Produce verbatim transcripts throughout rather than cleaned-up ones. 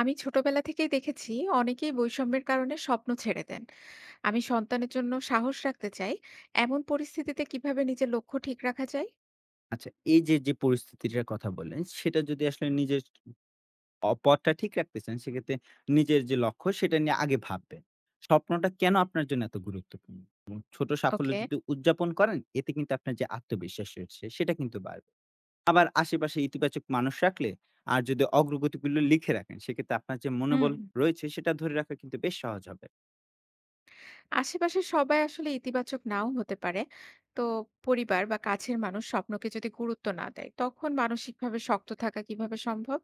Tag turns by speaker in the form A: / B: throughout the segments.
A: আমি ছোটবেলা থেকেই দেখেছি অনেকেই বৈষম্যের কারণে স্বপ্ন ছেড়ে দেন। আমি সন্তানের জন্য সাহস রাখতে চাই। এমন পরিস্থিতিতে কিভাবে নিজের লক্ষ্য ঠিক রাখা যায়?
B: আচ্ছা, এই যে, যে পরিস্থিতিটার কথা বললেন, সেটা যদি আসলে নিজের অ পথটা ঠিক রাখতে চান, সেক্ষেত্রে নিজের যে লক্ষ্য, সেটা নিয়ে আগে ভাববেন। স্বপ্নটা কেন আপনার জন্য এত গুরুত্বপূর্ণ? এবং ছোট সাফল্য
A: ওকে।
B: যদি উদযাপন করেন, এতে কিন্তু আপনার যে আত্মবিশ্বাস রয়েছে, সেটা কিন্তু বাড়বে। আবার আশেপাশে ইতিবাচক মানুষ রাখলে আর যদি অগ্রগতিগুলো লিখে রাখেন, সেক্ষেত্রে আপনার যে
A: হুম।
B: মনোবল রয়েছে, সেটা ধরে রাখা কিন্তু বেশ সহজ হবে।
A: আশেপাশে সবাই আসলে ইতিবাচক নাও হতে পারে, তো পরিবার বা কাছের মানুষ স্বপ্নকে যদি গুরুত্ব না দেয় তখন মানসিকভাবে শক্ত থাকা কিভাবে সম্ভব?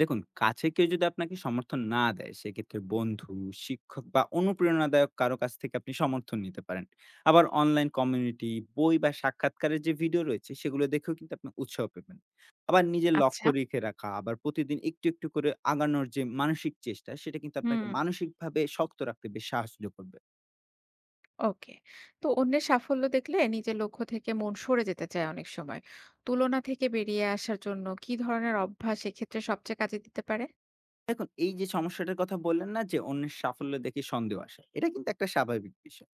B: দেখুন, কাছে কেউ যদি আপনাকে সমর্থন না দেয়, সেক্ষেত্রে বন্ধু, শিক্ষক বা অনুপ্রেরণাদায়ক কারো কাছ থেকে আপনি সমর্থন নিতে পারেন। আবার অনলাইন কমিউনিটি, বই বা সাক্ষাৎকারের যে ভিডিও রয়েছে, সেগুলো দেখেও কিন্তু আপনি উৎসাহ পাবেন। আবার নিজের
A: আচ্ছা।
B: লক্ষ্য রেখে রাখা, আবার প্রতিদিন একটু, একটু করে আগানোর যে মানসিক চেষ্টা, সেটা কিন্তু আপনাকে
A: হুম।
B: মানসিকভাবে শক্ত রাখতে বেশ সাহায্য করবে।
A: ওকে। তো অন্যের সাফল্য দেখলে নিজের লক্ষ্য থেকে মন সরে যেতে চায় অনেক সময়। তুলনা থেকে বেরিয়ে আসার জন্য কি ধরনের অভ্যাস এক্ষেত্রে সবচেয়ে কাজে দিতে পারে?
B: দেখুন, এই যে সমস্যাটার কথা বললেন না যে, অন্যের সাফল্য দেখে সন্দেহ আসা, এটা কিন্তু একটা স্বাভাবিক বিষয়।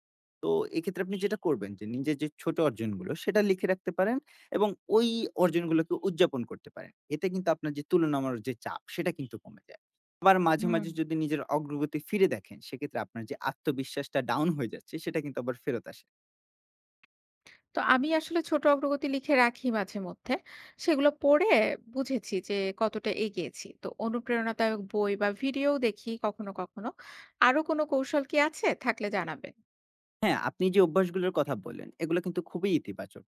B: তো এক্ষেত্রে আপনি যেটা করবেন, যে নিজের যে ছোট অর্জনগুলো সেটা লিখে রাখতে পারেন এবং ওই অর্জনগুলোকে উদযাপন করতে পারেন। এতে কিন্তু আপনার যে তুলনামূলক যে চাপ, সেটা কিন্তু কমে যায়। আবার মাঝে,
A: হুম।
B: মাঝে যদি নিজের অগ্রগতি ফিরে দেখেন, সেক্ষেত্রে আপনার যে আত্মবিশ্বাসটা ডাউন হয়ে যাচ্ছে, সেটা কিন্তু আবার ফেরত আসে।
A: তো আমি আসলে ছোট অগ্রগতি লিখে রাখি মাঝে মধ্যে। সেগুলো পড়ে বুঝেছি যে কতটা এগিয়েছি। তো অনুপ্রেরণাদায়ক বই বা ভিডিও দেখি কখনো, কখনো। আরো কোনো কৌশল কি আছে? থাকলে জানাবেন।
B: হ্যাঁ, আপনি যে অভ্যাসগুলোর কথা বললেন, এগুলো কিন্তু খুবই ইতিবাচক।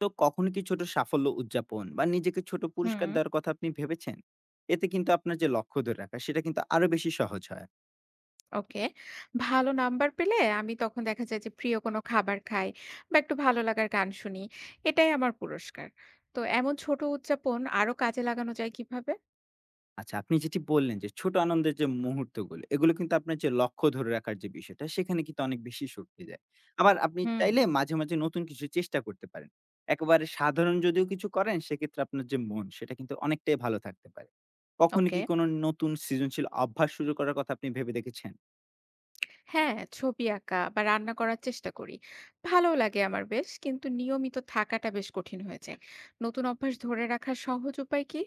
B: তো কখনো কি ছোট সাফল্য উদযাপন বা নিজেকে ছোট
A: হুম,
B: পুরস্কার দেওয়ার কথা আপনি ভেবেছেন? এতে কিন্তু আপনার যে লক্ষ্য ধরে রাখা, সেটা কিন্তু আরো বেশি সহজ হয়।
A: ওকে। ভালো নাম্বার পেলে আমি তখন দেখা যায় যে প্রিয় কোনো খাবার খাই বা একটু ভালো লাগার গান শুনি। এটাই আমার পুরস্কার। তো এমন ছোট উদযাপন আরো কাজে লাগানো যায় কিভাবে?
B: আচ্ছা, আপনি যেটি বললেন যে ছোট আনন্দের যে মুহূর্তগুলো, এগুলো কিন্তু আপনার যে লক্ষ্য ধরে রাখার যে বিষয়টা, সেখানে কিন্তু অনেক বেশি শক্তি দেয়। আবার আপনি
A: হুম,
B: চাইলে মাঝে, মাঝে নতুন কিছু চেষ্টা করতে পারেন। একেবারে সাধারণ যদিও কিছু করেন, সেক্ষেত্রে আপনার যে মন, সেটা কিন্তু অনেকটাই ভালো থাকতে পারে। কখনো
A: ওকে।
B: কি কোনো নতুন সৃজনশীল অভ্যাস শুরু করার কথা আপনি ভেবে দেখেছেন?
A: হ্যাঁ, ছবি আঁকা বা রান্না করার চেষ্টা করি। ভালো লাগে আমার বেশ। কিন্তু নিয়মিত থাকাটা বেশ কঠিন হয়ে যায়। নতুন অভ্যাস ধরে রাখার সহজ উপায় কি?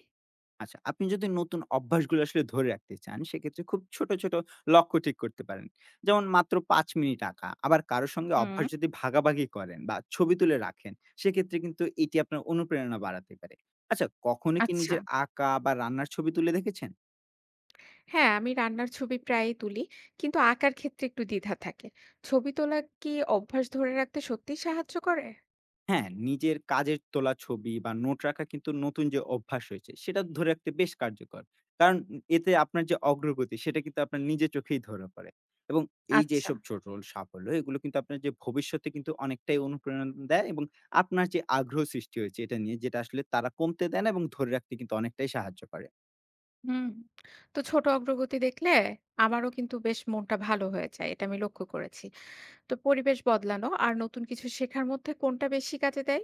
B: আচ্ছা, আপনি যদি নতুন অভ্যাসগুলো আসলে ধরে রাখতে চান, সেক্ষেত্রে খুব ছোট, ছোট লক্ষ্য ঠিক করতে পারেন। যেমন মাত্র পাঁচ মিনিট আঁকা। আবার কারো সঙ্গে
A: হুম।
B: অভ্যাস যদি ভাগাভাগি করেন বা ছবি তুলে রাখেন, সেক্ষেত্রে কিন্তু এটি আপনার অনুপ্রেরণা বাড়াতে পারে। আচ্ছা, কখনো কি
A: আচ্ছা।
B: নিজের আঁকা বা রান্নার ছবি তুলে দেখেছেন?
A: হ্যাঁ, আমি রান্নার ছবি প্রায়ই তুলি। কিন্তু আঁকার ক্ষেত্রে একটু দ্বিধা থাকে। ছবি তোলা কি অভ্যাস ধরে রাখতে সত্যিই সাহায্য করে?
B: হ্যাঁ, নিজের কাজের তোলা ছবি বা নোট রাখা কিন্তু নতুন যে অভ্যাস হয়েছে, সেটা ধরে রাখতে বেশ কার্যকর। কারণ উ এতে আপনার যে অগ্রগতি, সেটা কিন্তু আপনার নিজের চোখেই ধরা পড়ে। এবং এই যে
A: আচ্ছা।
B: এসব ছোট সাফল্য, এগুলো কিন্তু আপনার যে ভবিষ্যতে কিন্তু অনেকটাই অনুপ্রেরণা দেয় এবং আপনার যে আগ্রহ সৃষ্টি হয়েছে এটা নিয়ে, যেটা আসলে তারা কমতে দেয় না এবং ধরে রাখতে কিন্তু অনেকটাই সাহায্য করে।
A: হুম। তো ছোট অগ্রগতি দেখলে আমারও কিন্তু বেশ মনটা ভালো হয়ে যায়। এটা আমি লক্ষ্য করেছি। তো পরিবেশ বদলানো আর নতুন কিছু শেখার মধ্যে কোনটা বেশি কাজে দেয়?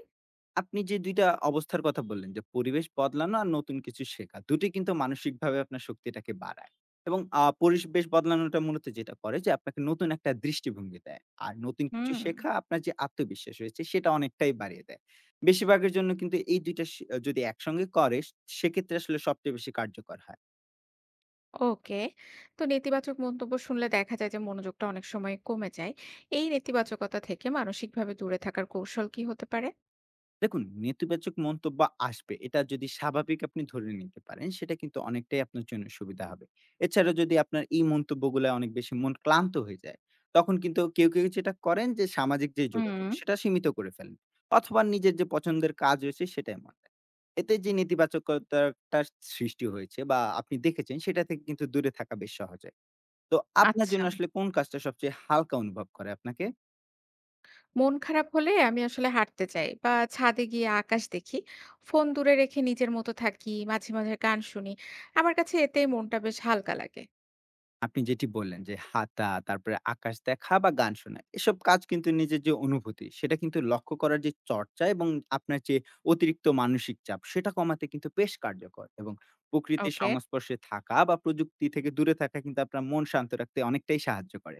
B: আপনি যে দুই টা অবস্থার কথা বললেন যে, পরিবেশ বদলানো আর নতুন কিছু শেখা। দুটোই কিন্তু মানসিকভাবে আপনার শক্তিটাকে বাড়ায়। এবং আ পরিবেশ বদলানোটা মূলত যেটা করে, যে আপনাকে নতুন একটা দৃষ্টিভঙ্গি দেয়। আর নতুন কিছু
A: হুম।
B: শেখা আপনার যে আত্মবিশ্বাস রয়েছে, সেটা অনেকটাই বাড়িয়ে দেয়। বেশিরভাগের জন্য কিন্তু এই দুই টা সে যদি একসঙ্গে করে, সেক্ষেত্রে আসলে সবচেয়ে বেশি কার্যকর হয়।
A: ওকে। তো নেতিবাচক মন্তব্য শুনলে দেখা যায় যে মনোযোগটা অনেক সময় কমে যায়। এই নেতিবাচকতা থেকে মানসিকভাবে দূরে থাকার কৌশল কি হতে পারে?
B: দেখুন, নেতিবাচক মন্তব্য আসবে, এটা যদি স্বাভাবিক আপনি ধরে নিতে পারেন, সেটা কিন্তু অনেকটাই আপনার জন্য সুবিধা হবে। এছাড়া যদি আপনার এই মন্তব্যগুলো অনেক বেশি মন ক্লান্ত হয়ে যায়, তখন কিন্তু কেউ, কেউ যেটা করেন, যে সামাজিক যে যোগাযোগ,
A: হুম।
B: সেটা সীমিত করে ফেলেন। অথবা নিজের যে পছন্দের কাজ রয়েছে, সেটাই মন দেন। এতে যে নেতিবাচকতাটার সৃষ্টি হয়েছে বা আপনি দেখেছেন, সেটা থেকে কিন্তু দূরে থাকা বেশ সহজ হয়। তো আপনার
A: আচ্ছা।
B: জন্য আসলে কোন কাজটা সবচেয়ে হালকা অনুভব করে আপনাকে?
A: মন খারাপ হলে আমি আসলে হাঁটতে যাই বা ছাদে গিয়ে আকাশ দেখি। ফোন দূরে রেখে নিজের মতো থাকি, মাঝে, মাঝে গান শুনি। আমার কাছে এতেই মনটা বেশ হালকা লাগে।
B: আপনি যেটি বললেন যে হাঁটা, তারপরে আকাশ দেখা বা গান শোনা। এসব কাজ কিন্তু নিজের যে অনুভূতি, সেটা কিন্তু লক্ষ্য করার যে চর্চা, এবং আপনার যে অতিরিক্ত মানসিক চাপ, সেটা কমাতে কিন্তু বেশ কার্যকর, এবং প্রকৃতির
A: ওকে।
B: সংস্পর্শে থাকা বা প্রযুক্তি থেকে দূরে থাকা কিন্তু আপনার মন শান্ত রাখতে অনেকটাই সাহায্য করে।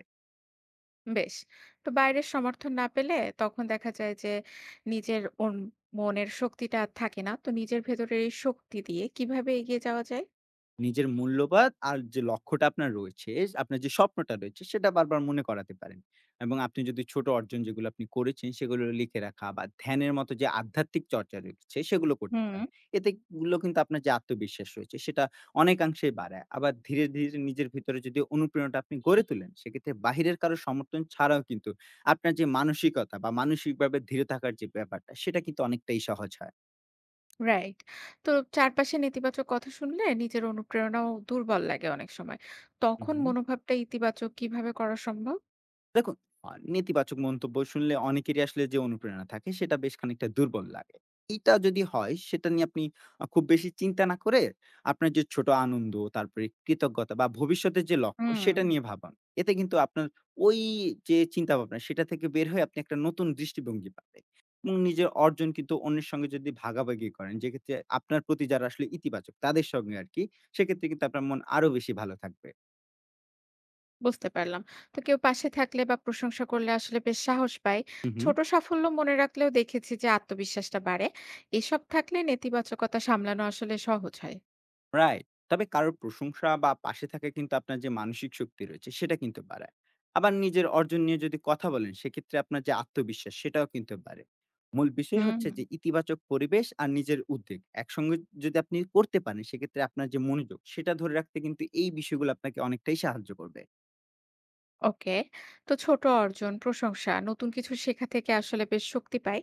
A: বেশ। তো বাইরের সমর্থন না পেলে তখন দেখা যায় যে নিজের ওন মনের শক্তিটা আর থাকে না। তো নিজের ভেতরের এই শক্তি দিয়ে কিভাবে এগিয়ে যাওয়া যায়?
B: নিজের মূল্যবোধ আর যে লক্ষ্যটা আপনার রয়েছে, আপনার যে স্বপ্নটা রয়েছে, সেটা বারবার মনে করাতে পারেন। এবং আপনি যদি ছোট অর্জন যেগুলো আপনি করেছেন, সেগুলো লিখে রাখা বা ধ্যানের মতো যে আধ্যাত্মিক চর্চা রয়েছে, সেগুলো করতে
A: হুম,
B: পারেন। এতে গুলো কিন্তু আপনার যে আত্মবিশ্বাস রয়েছে, সেটা অনেকাংশেই বাড়ায়। আবার ধীরে, ধীরে নিজের ভিতরে যদি অনুপ্রেরণাটা আপনি গড়ে তোলেন, সেক্ষেত্রে বাহিরের কারো সমর্থন ছাড়াও কিন্তু আপনার যে মানসিকতা বা মানসিকভাবে দৃঢ় থাকার যে ব্যাপারটা, সেটা কিন্তু অনেকটাই সহজ হয়।
A: রাইট। তো চারপাশে নেতিবাচক কথা শুনলে নিজের অনুপ্রেরণাও দুর্বল লাগে অনেক সময়।
B: হু,
A: তখন
B: হু।
A: মনোভাবটা ইতিবাচক কিভাবে করা সম্ভব?
B: দেখুন, আ নেতিবাচক মন্তব্য শুনলে অনেকেরই আসলে যে অনুপ্রেরণা থাকে, সেটা বেশ খানিকটা দুর্বল লাগে। এইটা যদি হয়, সেটা নিয়ে আপনি আ খুব বেশি চিন্তা না করে আপনার যে ছোট আনন্দ, তারপরে কৃতজ্ঞতা বা ভবিষ্যতের যে লক্ষ্য,
A: হুম,
B: সেটা নিয়ে ভাবান। এতে কিন্তু আপনার ওই যে চিন্তাভাবনা, সেটা থেকে বের হয়ে আপনি একটা নতুন দৃষ্টিভঙ্গি পাবেন এবং নিজের অর্জন কিন্তু অন্যের সঙ্গে যদি ভাগাভাগি করেন, যেক্ষেত্রে আপনার প্রতি যারা আসলে ইতিবাচক তাদের সঙ্গে আরকি, সেক্ষেত্রে কিন্তু আপনার মন আরো বেশি ভালো থাকবে।
A: বুঝতে পারলাম। তো কেউ পাশে থাকলে বা প্রশংসা করলে আসলে বেশ সাহস পাই।
B: হু, হু।
A: ছোট সাফল্য মনে রাখলেও দেখেছি যে আত্মবিশ্বাসটা বাড়ে। এসব থাকলে নেতিবাচকতা সামলানো আসলে সহজ হয়।
B: রাইট। তবে কারোর প্রশংসা বা পাশে থাকা কিন্তু আপনার যে মানসিক শক্তি রয়েছে, সেটা কিন্তু বাড়ায়। আবার নিজের অর্জন নিয়ে যদি কথা বলেন, সেক্ষেত্রে আপনার যে আত্মবিশ্বাস, সেটাও কিন্তু বাড়ে। মূল বিষয়
A: হুম।
B: হচ্ছে যে ইতিবাচক পরিবেশ আর নিজের উদ্বেগ একসঙ্গে যদি আপনি করতে পারেন, সেক্ষেত্রে আপনার যে মনোযোগ, সেটা ধরে রাখতে কিন্তু এই বিষয়গুলো আপনাকে অনেকটাই সাহায্য করবে।
A: ওকে। তো ছোট অর্জন, প্রশংসা, নতুন কিছু শেখা থেকে আসলে বেশ শক্তি পাই।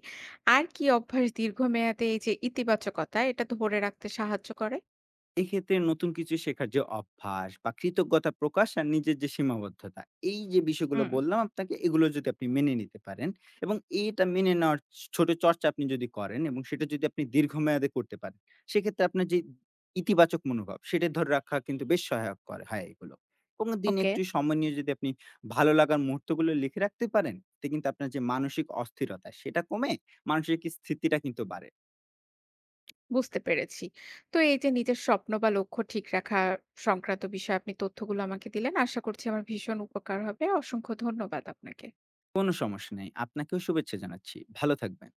A: আর কি অভ্যাস দীর্ঘমেয়াদে এই যে ইতিবাচকতা, এটা ধরে রাখতে সাহায্য করে?
B: এক্ষেত্রে নতুন কিছু শেখার যে অভ্যাস বা কৃতজ্ঞতা প্রকাশ আর নিজের যে সীমাবদ্ধতা, এই যে বিষয়গুলো
A: হুম।
B: বললাম আপনাকে, এগুলো যদি আপনি মেনে নিতে পারেন এবং এটা মেনে নেওয়ার ছোট চর্চা আপনি যদি করেন এবং সেটা যদি আপনি দীর্ঘমেয়াদে করতে পারেন, সেক্ষেত্রে আপনার যে ইতিবাচক মনোভাব, সেটা ধরে রাখা কিন্তু বেশ সহায়ক করে হয় এগুলো, এবং দিনে
A: ওকে।
B: একটু সময় নিয়ে যদি আপনি ভালো লাগার মুহূর্তগুলো লিখে রাখতে পারেন, তে কিন্তু আপনার যে মানসিক অস্থিরতা, সেটা কমে, মানসিক স্থিতিটা কিন্তু বাড়ে।
A: বুঝতে পেরেছি। তো এই যে নিজের স্বপ্ন বা লক্ষ্য ঠিক রাখা সংক্রান্ত বিষয়ে আপনি তথ্যগুলো আমাকে দিলেন, আশা করছি আমার ভীষণ উপকার হবে। অসংখ্য ধন্যবাদ আপনাকে।
B: কোনো সমস্যা নেই, আপনাকেও শুভেচ্ছা জানাচ্ছি। ভালো থাকবেন।